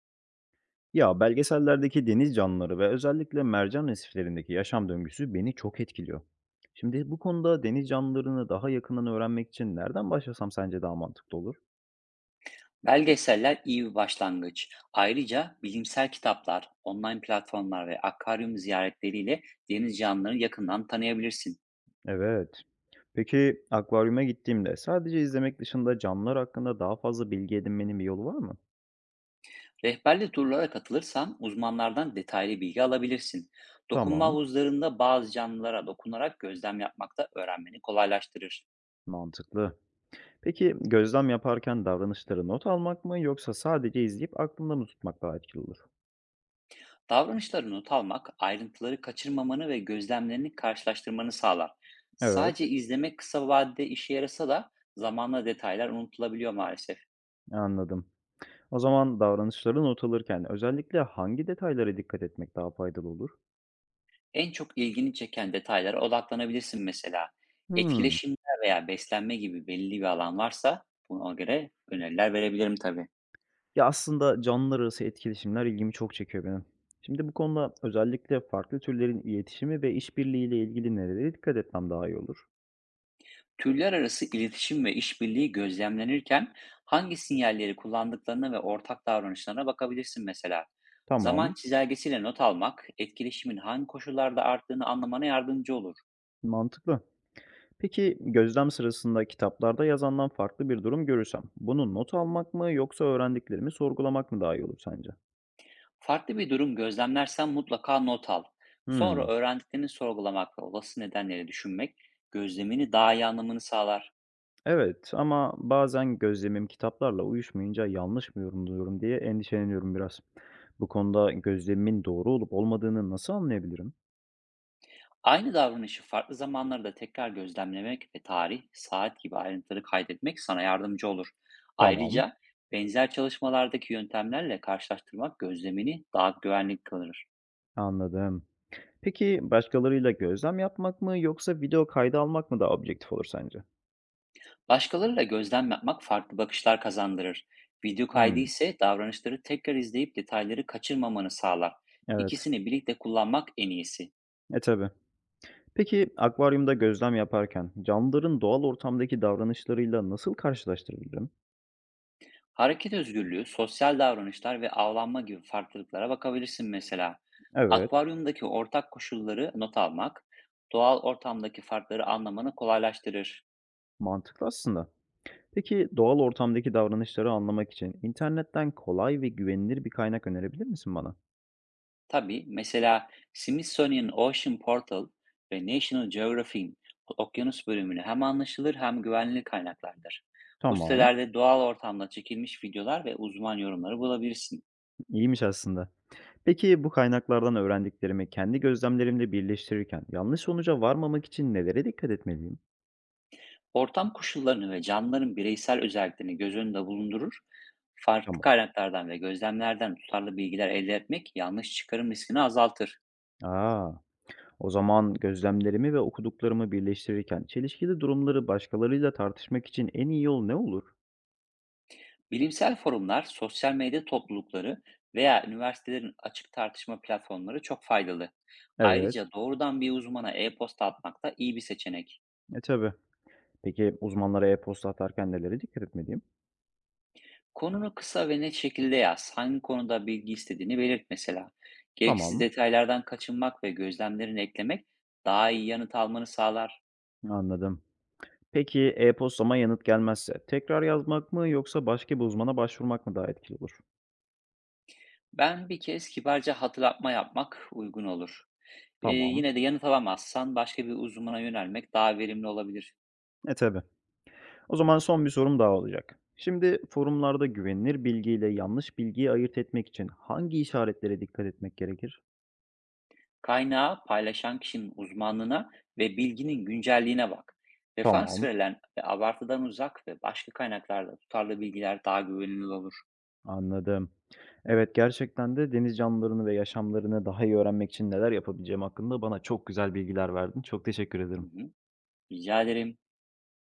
Ya belgesellerdeki deniz canlıları ve özellikle mercan resiflerindeki yaşam döngüsü beni çok etkiliyor. Şimdi bu konuda deniz canlılarını daha yakından öğrenmek için nereden başlasam sence daha mantıklı olur? Belgeseller iyi bir başlangıç. Ayrıca bilimsel kitaplar, online platformlar ve akvaryum ziyaretleriyle deniz canlılarını yakından tanıyabilirsin. Evet. Peki akvaryuma gittiğimde sadece izlemek dışında canlılar hakkında daha fazla bilgi edinmenin bir yolu var mı? Rehberli turlara katılırsan uzmanlardan detaylı bilgi alabilirsin. Dokunma Tamam, havuzlarında bazı canlılara dokunarak gözlem yapmak da öğrenmeni kolaylaştırır. mantıklı. Peki gözlem yaparken davranışları not almak mı yoksa sadece izleyip aklımda mı tutmak daha etkili olur? Davranışları not almak, ayrıntıları kaçırmamanı ve gözlemlerini karşılaştırmanı sağlar. Evet, Sadece izlemek kısa vadede işe yarasa da zamanla detaylar unutulabiliyor maalesef. anladım. O zaman davranışları not alırken özellikle hangi detaylara dikkat etmek daha faydalı olur? En çok ilgini çeken detaylara odaklanabilirsin mesela. Hmm. Etkileşimler veya beslenme gibi belli bir alan varsa buna göre öneriler verebilirim tabii. Ya aslında canlılar arası etkileşimler ilgimi çok çekiyor benim. Şimdi bu konuda özellikle farklı türlerin iletişimi ve işbirliğiyle ilgili nerelere dikkat etmem daha iyi olur? Türler arası iletişim ve işbirliği gözlemlenirken hangi sinyalleri kullandıklarına ve ortak davranışlarına bakabilirsin mesela. Zaman Tamam, çizelgesiyle not almak etkileşimin hangi koşullarda arttığını anlamana yardımcı olur. mantıklı. Peki gözlem sırasında kitaplarda yazandan farklı bir durum görürsem, bunu not almak mı yoksa öğrendiklerimi sorgulamak mı daha iyi olur sence? Farklı bir durum gözlemlersen mutlaka not al. Sonra Hmm. öğrendiklerini sorgulamak ve olası nedenleri düşünmek gözlemini daha iyi anlamını sağlar. Evet ama bazen gözlemim kitaplarla uyuşmayınca yanlış mı yorumluyorum diye endişeleniyorum biraz. Bu konuda gözlemimin doğru olup olmadığını nasıl anlayabilirim? Aynı davranışı farklı zamanlarda tekrar gözlemlemek ve tarih, saat gibi ayrıntıları kaydetmek sana yardımcı olur. Tamam, Ayrıca benzer çalışmalardaki yöntemlerle karşılaştırmak gözlemini daha güvenli kılır. anladım. Peki başkalarıyla gözlem yapmak mı yoksa video kaydı almak mı daha objektif olur sence? Başkalarıyla gözlem yapmak farklı bakışlar kazandırır. Video kaydı Hmm, ise davranışları tekrar izleyip detayları kaçırmamanı sağlar. evet. İkisini birlikte kullanmak en iyisi. E tabii. Peki akvaryumda gözlem yaparken canlıların doğal ortamdaki davranışlarıyla nasıl karşılaştırabilirim? Hareket özgürlüğü, sosyal davranışlar ve avlanma gibi farklılıklara bakabilirsin mesela. Evet, Akvaryumdaki ortak koşulları not almak, doğal ortamdaki farkları anlamanı kolaylaştırır. mantıklı aslında. Peki doğal ortamdaki davranışları anlamak için internetten kolay ve güvenilir bir kaynak önerebilir misin bana? Tabii mesela Smithsonian Ocean Portal ve National Geographic'in okyanus bölümünü hem anlaşılır hem güvenli kaynaklardır. Bu Tamam, sitelerde doğal ortamda çekilmiş videolar ve uzman yorumları bulabilirsin. iyiymiş aslında. Peki bu kaynaklardan öğrendiklerimi kendi gözlemlerimle birleştirirken yanlış sonuca varmamak için nelere dikkat etmeliyim? Ortam koşullarını ve canlıların bireysel özelliklerini göz önünde bulundurur, farklı Tamam. kaynaklardan ve gözlemlerden tutarlı bilgiler elde etmek yanlış çıkarım riskini azaltır. Aa, o zaman gözlemlerimi ve okuduklarımı birleştirirken çelişkili durumları başkalarıyla tartışmak için en iyi yol ne olur? Bilimsel forumlar, sosyal medya toplulukları veya üniversitelerin açık tartışma platformları çok faydalı. Evet, Ayrıca doğrudan bir uzmana e-posta atmak da iyi bir seçenek. e tabii. Peki uzmanlara e-posta atarken nelere dikkat etmeliyim? Konunu kısa ve net şekilde yaz. Hangi konuda bilgi istediğini belirt mesela. Gereksiz Tamam, detaylardan kaçınmak ve gözlemlerini eklemek daha iyi yanıt almanı sağlar. anladım. Peki e-postama yanıt gelmezse tekrar yazmak mı yoksa başka bir uzmana başvurmak mı daha etkili olur? Ben bir kez kibarca hatırlatma yapmak uygun olur. Tamam. Yine de yanıt alamazsan başka bir uzmana yönelmek daha verimli olabilir. E tabi. O zaman son bir sorum daha olacak. Şimdi forumlarda güvenilir bilgiyle yanlış bilgiyi ayırt etmek için hangi işaretlere dikkat etmek gerekir? Kaynağı paylaşan kişinin uzmanlığına ve bilginin güncelliğine bak. Referans Tamam. verilen ve abartıdan uzak ve başka kaynaklarda tutarlı bilgiler daha güvenilir olur. Anladım. Evet, gerçekten de deniz canlılarını ve yaşamlarını daha iyi öğrenmek için neler yapabileceğim hakkında bana çok güzel bilgiler verdin. Çok teşekkür Hı ederim. hı. Rica ederim.